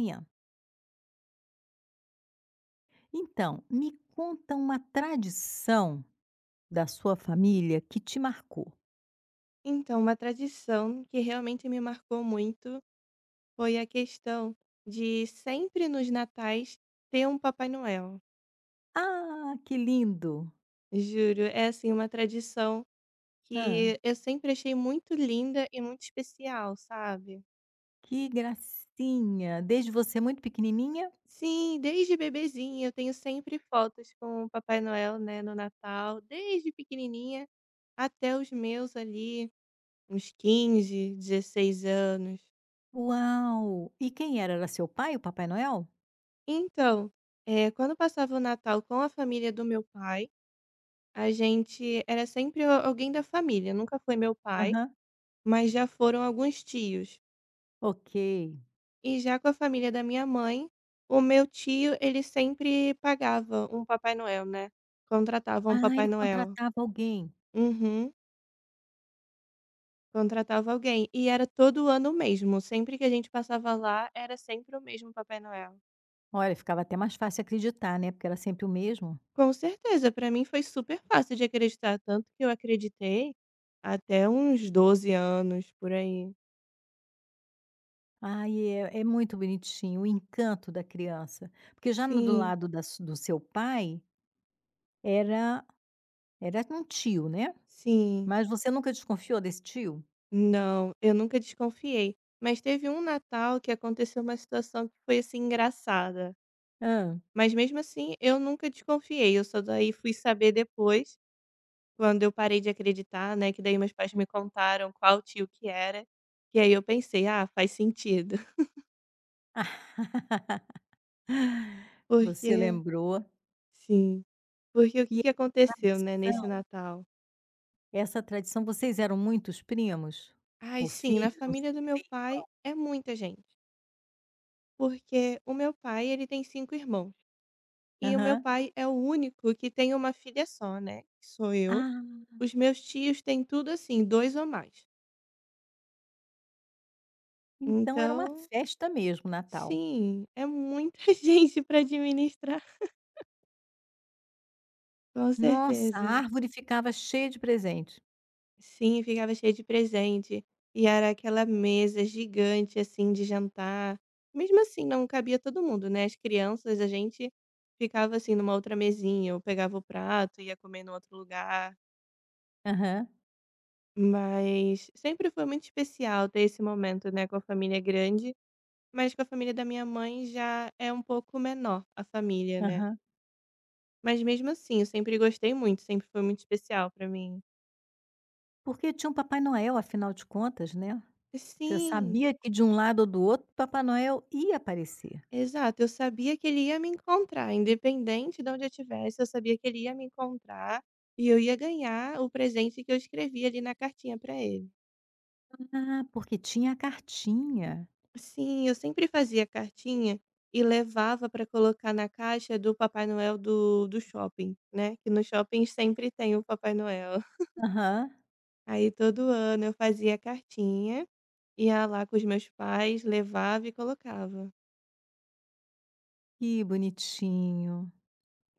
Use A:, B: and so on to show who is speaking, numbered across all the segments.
A: Minha. Então, me conta uma tradição da sua família que te marcou.
B: Então, uma tradição que realmente me marcou muito foi a questão de sempre nos natais ter um Papai Noel.
A: Ah, que lindo!
B: Juro, é assim uma tradição
A: Ah,
B: que eu sempre achei muito linda e muito especial, sabe?
A: que gracinha! Desde você muito pequenininha?
B: Sim, desde bebezinha eu tenho sempre fotos com o Papai Noel, né, no Natal, desde pequenininha até os meus ali, uns 15, 16 anos.
A: Uau! E quem era? Era seu pai, o Papai Noel?
B: Então, é, quando eu passava o Natal com a família do meu pai, a gente era sempre a alguém da família, nunca foi meu pai,
A: Aham.
B: mas já foram alguns tios.
A: Ok.
B: E já com a família da minha mãe, o meu tio, ele sempre pagava um Papai Noel, né, contratava um
A: Ah,
B: Papai
A: ele
B: Noel.
A: contratava alguém.
B: Uhum, contratava alguém. E era todo ano o mesmo, sempre que a gente passava lá, era sempre o mesmo Papai Noel.
A: Olha, ficava até mais fácil acreditar, né, porque era sempre o mesmo.
B: Com certeza, pra mim foi super fácil de acreditar, tanto que eu acreditei até uns 12 anos, por aí.
A: Ai, é muito bonitinho, o encanto da criança. Porque já no do
B: Sim,
A: lado da su do seu pai, era era um tio, né?
B: sim.
A: Mas você nunca desconfiou desse tio?
B: Não, eu nunca desconfiei. Mas teve um Natal que aconteceu uma situação que foi, assim, engraçada.
A: Hã.
B: Mas mesmo assim, eu nunca desconfiei, eu só daí fui saber depois, quando eu parei de acreditar, né, que daí meus pais me contaram qual tio que era, que aí eu pensei: "Ah, faz sentido".
A: Ah, você
B: Porque
A: lembrou.
B: sim, porque o
A: E
B: que que aconteceu, né, nesse
A: tradição
B: Natal?
A: essa tradição, vocês eram muitos primos?
B: Ai,
A: Ou
B: sim, na
A: filhos, não
B: família
A: sei
B: do
A: se
B: meu
A: tem.
B: pai é muita gente, porque o meu pai, ele tem 5 irmãos. E o meu
A: Aham.
B: pai é o único que tem uma filha só, né, que sou eu.
A: Ah,
B: Os meus tios têm tudo assim, dois ou mais.
A: então era uma
B: Então,
A: festa mesmo Natal.
B: sim, é muita gente para administrar, com
A: Nossa, a
B: certeza.
A: árvore ficava cheia de presente.
B: Sim, ficava cheio de presente, e era aquela mesa gigante, assim, de jantar. Mesmo assim, não cabia todo mundo, né, as crianças, a gente ficava, assim, numa outra mesinha, eu pegava o prato, ia comer no outro lugar.
A: Aham,
B: Mas sempre foi muito especial ter esse momento, né, com a família grande, mas com a família da minha mãe já é um pouco menor a família, né.
A: aham.
B: Mas mesmo assim, eu sempre gostei muito, sempre foi muito especial pra mim.
A: Porque tinha um Papai Noel, afinal de contas, né. Você
B: Sim,
A: sabia que de um lado ou do outro, Papai Noel ia aparecer.
B: exato, eu sabia que ele ia me encontrar, independente de onde eu estivesse, eu sabia que ele ia me encontrar e eu ia ganhar o presente que eu escrevi ali na cartinha pra ele.
A: Ah, porque tinha a cartinha.
B: Sim, eu sempre fazia cartinha e levava para colocar na caixa do Papai Noel do shopping, né, que no shopping sempre tem o Papai Noel.
A: Aham.
B: Aí todo ano eu fazia cartinha, ia lá com os meus pais, levava e colocava.
A: Que bonitinho.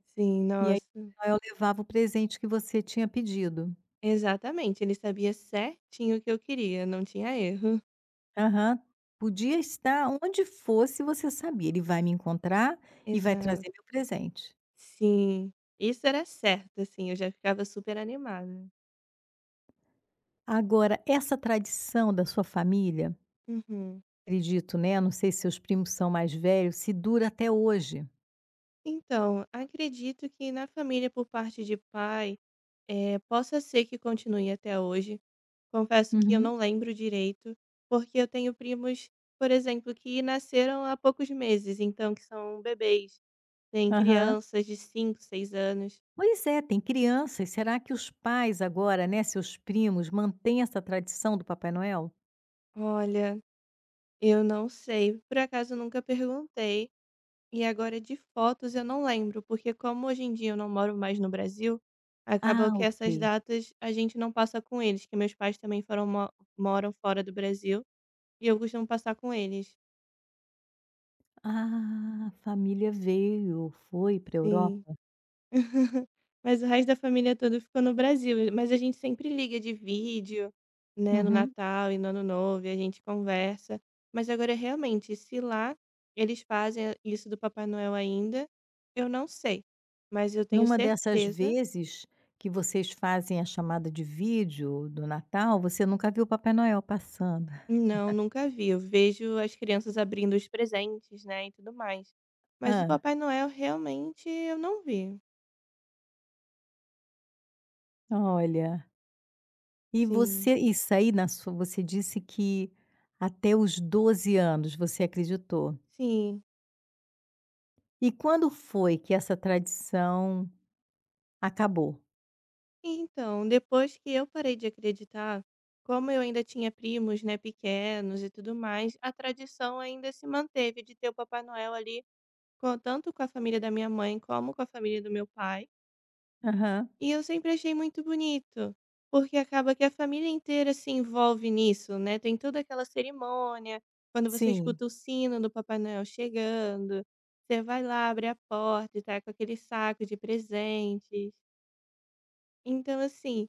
B: Sim,
A: E aí
B: nossa.
A: eu levava o presente que você tinha pedido.
B: Exatamente, ele sabia certinho o que eu queria, não tinha erro.
A: Aham. Podia estar onde fosse, você sabia, ele vai me encontrar e vai
B: Exato.
A: trazer meu presente.
B: Sim, isso era certo, assim, eu já ficava super animada.
A: Agora, essa tradição da sua família,
B: Uhum.
A: acredito, né, não sei se seus primos são mais velhos, se dura até hoje.
B: Então, acredito que na família por parte de pai, possa ser que continue até hoje. Confesso que eu
A: Uhum.
B: não lembro direito, porque eu tenho primos, por exemplo, que nasceram há poucos meses, então que são bebês, tem
A: Aham.
B: crianças de 5, 6 anos.
A: Pois é, tem crianças, será que os pais agora, né, seus primos, mantêm essa tradição do Papai Noel?
B: Olha, eu não sei, por acaso nunca perguntei. E agora de fotos eu não lembro, porque como hoje em dia eu não moro mais no Brasil, acaba
A: Ah,
B: que essas
A: ok.
B: datas a gente não passa com eles, que meus pais também foram mo moram fora do Brasil, e eu costumo passar com eles.
A: Ah, a família veio, foi para a
B: Sim.
A: Europa.
B: Mas o resto da família toda ficou no Brasil, mas a gente sempre liga de vídeo, né, no
A: Uhum.
B: Natal e no Ano Novo, e a gente conversa. Mas agora realmente, se lá eles fazem isso do Papai Noel ainda, eu não sei, mas eu tenho
A: Numa dessas
B: certeza.
A: vezes que vocês fazem a chamada de vídeo do Natal, você nunca viu o Papai Noel passando.
B: Não, nunca vi. Eu vejo as crianças abrindo os presentes, né, e tudo mais. Mas o
A: Ah,
B: Papai Noel realmente eu não vi.
A: olha. E
B: Sim,
A: você isso aí na sua você disse que até os 12 anos você acreditou.
B: sim.
A: E quando foi que essa tradição acabou?
B: Então, depois que eu parei de acreditar, como eu ainda tinha primos, né, pequenos e tudo mais, a tradição ainda se manteve de ter o Papai Noel ali, tanto com a família da minha mãe como com a família do meu pai.
A: Aham.
B: E eu sempre achei muito bonito, porque acaba que a família inteira se envolve nisso, né, tem toda aquela cerimônia, quando você
A: Sim,
B: escuta o sino do Papai Noel chegando, você vai lá, abre a porta e tá com aquele saco de presentes. Então, assim,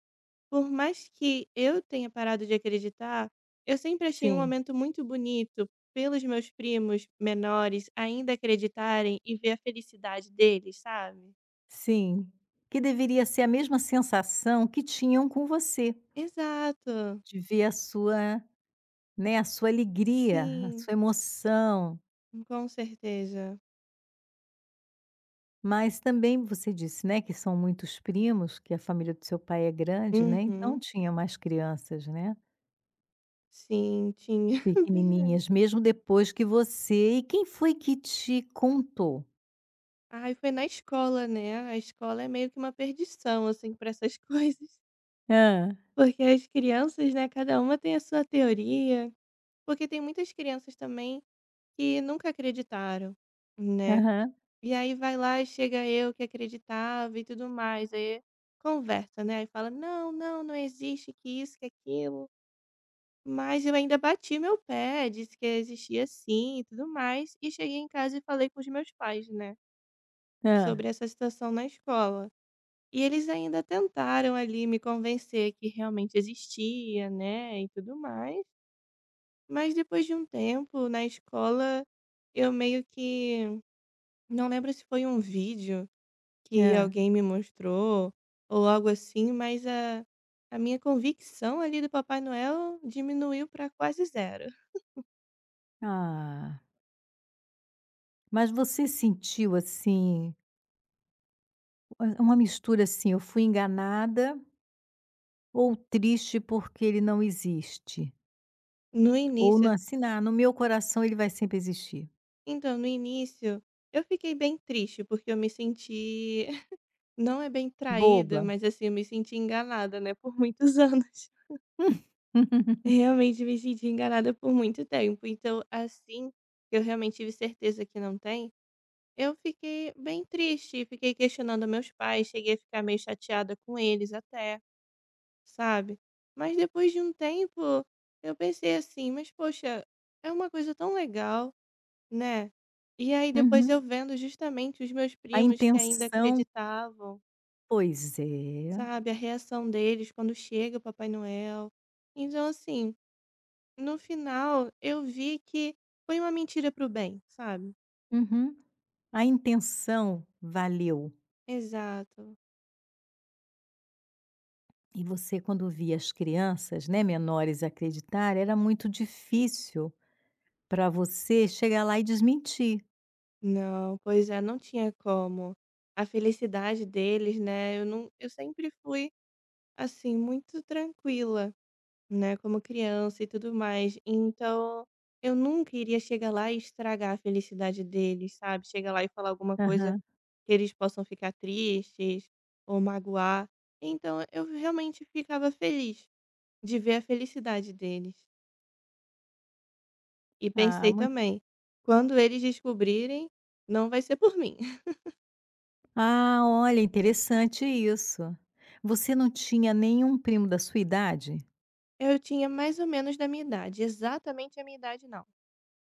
B: por mais que eu tenha parado de acreditar, eu sempre achei um
A: sim,
B: momento muito bonito pelos meus primos menores ainda acreditarem e ver a felicidade deles, sabe?
A: sim. Que deveria ser a mesma sensação que tinham com você,
B: Exato,
A: de ver a sua, né, a sua alegria, a
B: sim.
A: sua emoção.
B: Com certeza.
A: Mas também você disse, né, que são muitos primos, que a família do seu pai é grande, né, então
B: Uhum.
A: tinha mais crianças, né,
B: Sim, tinha. Bem velho.
A: pequenininhas, mesmo depois que você e quem foi que te contou?
B: Ai, foi na escola, né, a escola é meio que uma perdição, assim, para essas coisas,
A: Ah,
B: porque as crianças, né, cada uma tem a sua teoria, porque tem muitas crianças também que nunca acreditaram, né,
A: aham.
B: e aí vai lá e chega eu que acreditava e tudo mais, aí conversa, né, aí fala: "Não, não, não existe que isso, que aquilo". Mas eu ainda bati meu pé, disse que existia sim e tudo mais, e cheguei em casa e falei com os meus pais, né,
A: Ah,
B: sobre essa situação na escola. E eles ainda tentaram ali me convencer que realmente existia, né, e tudo mais. Mas depois de um tempo na escola, eu meio que não lembro se foi um vídeo que
A: hã.
B: alguém me mostrou ou algo assim, mas a minha convicção ali do Papai Noel diminuiu para quase zero.
A: Ah, mas você sentiu, assim, uma mistura, assim, eu fui enganada ou triste porque ele não existe?
B: No
A: Ou não,
B: início.
A: assim, na no meu coração ele vai sempre existir.
B: Então, no início, eu fiquei bem triste, porque eu me senti não é bem traída,
A: Boba.
B: mas assim, eu me senti enganada, né, por muitos anos. Realmente me senti enganada por muito tempo. Então, assim que eu realmente tive certeza que não tem, eu fiquei bem triste, fiquei questionando meus pais, cheguei a ficar meio chateada com eles até, sabe? Mas depois de um tempo, eu pensei assim, mas poxa, é uma coisa tão legal. Né. E aí depois
A: Uhum.
B: eu vendo justamente os meus
A: A
B: primos que ainda
A: intenção,
B: acreditavam,
A: pois é.
B: sabe, a reação deles quando chega o Papai Noel. Então assim, no final eu vi que foi uma mentira para o bem, sabe.
A: Uhum. A intenção valeu.
B: Exato.
A: E você quando via as crianças, né, menores acreditar, era muito difícil para você chegar lá e desmentir.
B: Não, pois é, não tinha como. A felicidade deles, né, eu não, eu sempre fui, assim, muito tranquila, né, como criança e tudo mais. Então, eu nunca iria chegar lá e estragar a felicidade deles, sabe? Chegar lá e falar alguma coisa
A: Aham.
B: que eles possam ficar tristes ou magoar. Então, eu realmente ficava feliz de ver a felicidade deles. E
A: Ah,
B: pensei
A: muito.
B: também, quando eles descobrirem, não vai ser por mim.
A: Ah, olha, interessante isso. Você não tinha nenhum primo da sua idade?
B: Eu tinha mais ou menos da minha idade, exatamente a minha idade não.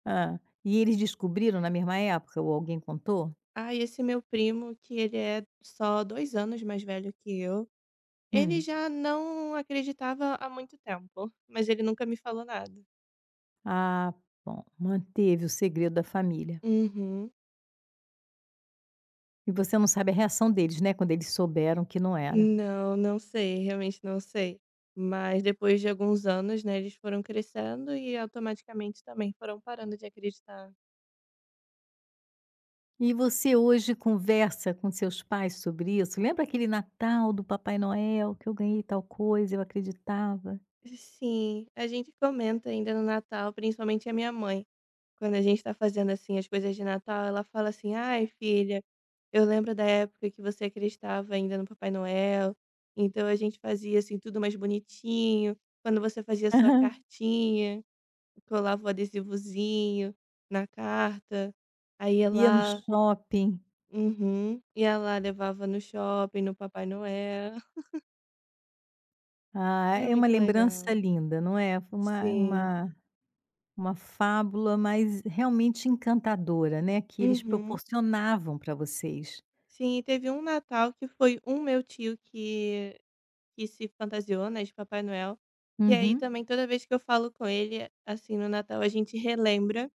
A: Ah. E eles descobriram na mesma época ou alguém contou?
B: Ah, e esse meu primo, que ele é só 2 anos mais velho que eu, ele
A: Hum.
B: já não acreditava há muito tempo, mas ele nunca me falou nada.
A: Ah, bom, manteve o segredo da família.
B: Uhum.
A: E você não sabe a reação deles, né, quando eles souberam que não era.
B: Não, não sei, realmente não sei. Mas depois de alguns anos, né, eles foram crescendo e automaticamente também foram parando de acreditar.
A: E você hoje conversa com seus pais sobre isso? "Lembra aquele Natal do Papai Noel que eu ganhei tal coisa, eu acreditava?"
B: Sim, a gente comenta ainda no Natal, principalmente a minha mãe. Quando a gente tá fazendo, assim, as coisas de Natal, ela fala assim: "Ai, filha, eu lembro da época que você acreditava ainda no Papai Noel, então a gente fazia, assim, tudo mais bonitinho. Quando você fazia sua
A: Aham.
B: cartinha, colava o adesivozinho na carta, aí ela
A: Ia no
B: lá".
A: shopping.
B: Uhum. Ia lá, levava no shopping, no Papai Noel.
A: Ah,
B: É
A: é uma
B: muito
A: lembrança
B: legal.
A: linda, não é? Foi
B: Sim.
A: uma fábula, mas realmente encantadora, né, que eles
B: Uhum.
A: proporcionavam para vocês.
B: Sim, e teve um Natal que foi um meu tio que se fantasiou, né, de Papai Noel, que aí
A: Uhum.
B: também toda vez que eu falo com ele, assim, no Natal, a gente relembra,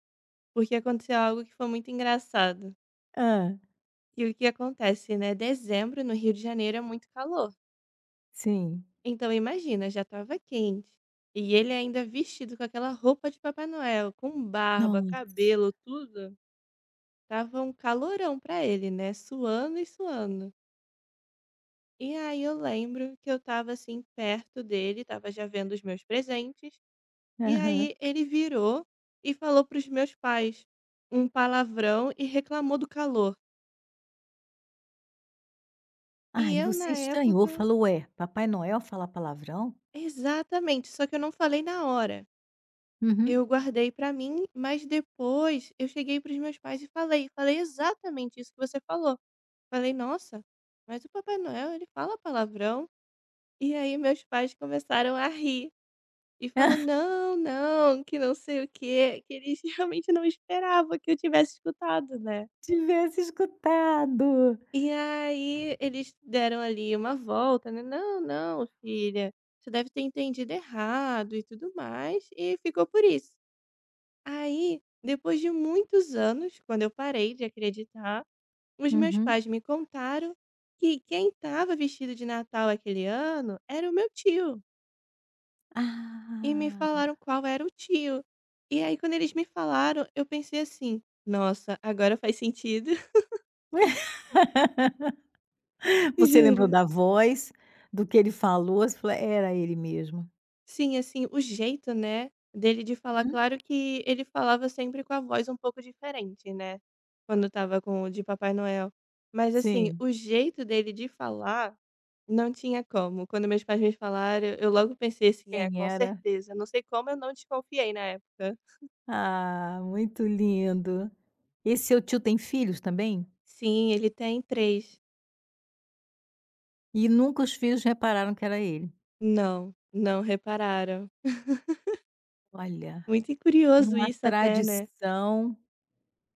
B: porque aconteceu algo que foi muito engraçado.
A: Ah.
B: E o que acontece, né? Dezembro no Rio de Janeiro é muito calor.
A: Sim.
B: Então imagina, já tava quente. E ele ainda vestido com aquela roupa de Papai Noel, com barba,
A: Nossa.
B: cabelo, tudo. Tava um calorão pra ele, né? Suando e suando. E aí eu lembro que eu tava assim perto dele, tava já vendo os meus presentes. E
A: Aham.
B: aí ele virou e falou para os meus pais um palavrão e reclamou do calor. E
A: Ah, e
B: eu na
A: você estranhou,
B: época,
A: falou: "Ué, Papai Noel fala palavrão?"
B: exatamente, só que eu não falei na hora.
A: Uhum.
B: Eu guardei para mim, mas depois eu cheguei para os meus pais e falei, falei exatamente isso que você falou. Falei: "Nossa, mas o Papai Noel ele fala palavrão?". E aí meus pais começaram a rir e falou: "Não, não, que não sei o quê", que eles realmente não esperavam que eu tivesse escutado, né.
A: Tivesse escutado.
B: E aí eles deram ali uma volta, né, "Não, não, filha, você deve ter entendido errado e tudo mais", e ficou por isso. Aí, depois de muitos anos, quando eu parei de acreditar, os meus
A: Uhum.
B: pais me contaram que quem estava vestido de Natal aquele ano era o meu tio, e me
A: Ah.
B: falaram qual era o tio. E aí quando eles me falaram, eu pensei assim: "Nossa, agora faz sentido",
A: Você lembrou
B: juro.
A: da voz, do que ele falou, você falou: "Era ele mesmo".
B: Sim, assim, o jeito, né, dele de falar,
A: Uhum.
B: claro que ele falava sempre com a voz um pouco diferente, né, quando estava com o de Papai Noel. Mas assim,
A: Sim,
B: o jeito dele de falar, não tinha como. Quando meus pais me falaram, eu logo pensei assim: "É,
A: quem
B: com
A: era?
B: certeza". Não sei como eu não desconfiei na época.
A: Ah, muito lindo. Esse seu tio tem filhos também?
B: "Sim, ele tem três".
A: E nunca os filhos repararam que era ele.
B: "Não, não repararam".
A: Olha,
B: Muito curioso
A: uma
B: isso até, né?
A: tradição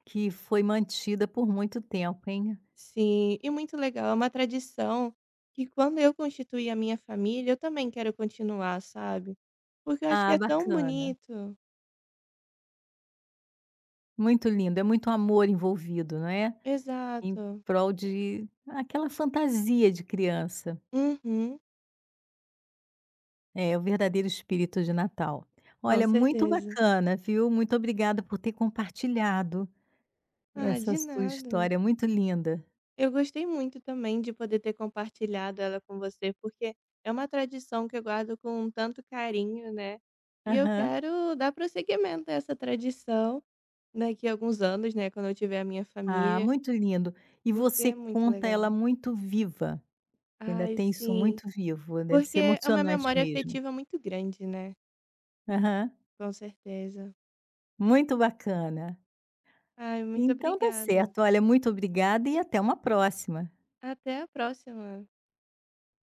A: que foi mantida por muito tempo, hein.
B: Sim, e muito legal, é uma tradição que quando eu constituir a minha família, eu também quero continuar, sabe? Porque eu acho que
A: Ah,
B: é tão
A: bacana.
B: bonito.
A: Muito lindo, é muito amor envolvido, não é? Em
B: Exato.
A: prol de aquela fantasia de criança.
B: Uhum,
A: É, o verdadeiro espírito de Natal.
B: com
A: Olha, muito
B: certeza.
A: bacana, viu? Muito obrigada por ter compartilhado
B: Ah,
A: essa
B: de
A: sua
B: nada.
A: história muito linda.
B: Eu gostei muito também de poder ter compartilhado ela com você, porque é uma tradição que eu guardo com um tanto carinho, né? E eu
A: Aham.
B: quero dar prosseguimento a essa tradição daqui a alguns anos, né? Quando eu tiver a minha
A: Ah,
B: família,
A: muito lindo. E
B: porque
A: você
B: é muito
A: conta ela
B: legal.
A: muito viva, ainda
B: Ai,
A: tem isso
B: sim.
A: muito vivo, deve ser
B: Porque é uma
A: emocionante
B: memória
A: mesmo.
B: afetiva muito grande, né,
A: Aham.
B: com certeza.
A: Muito bacana.
B: Ai, muito
A: Então tá
B: obrigada.
A: certo, olha, muito obrigada e até uma próxima.
B: Até a próxima.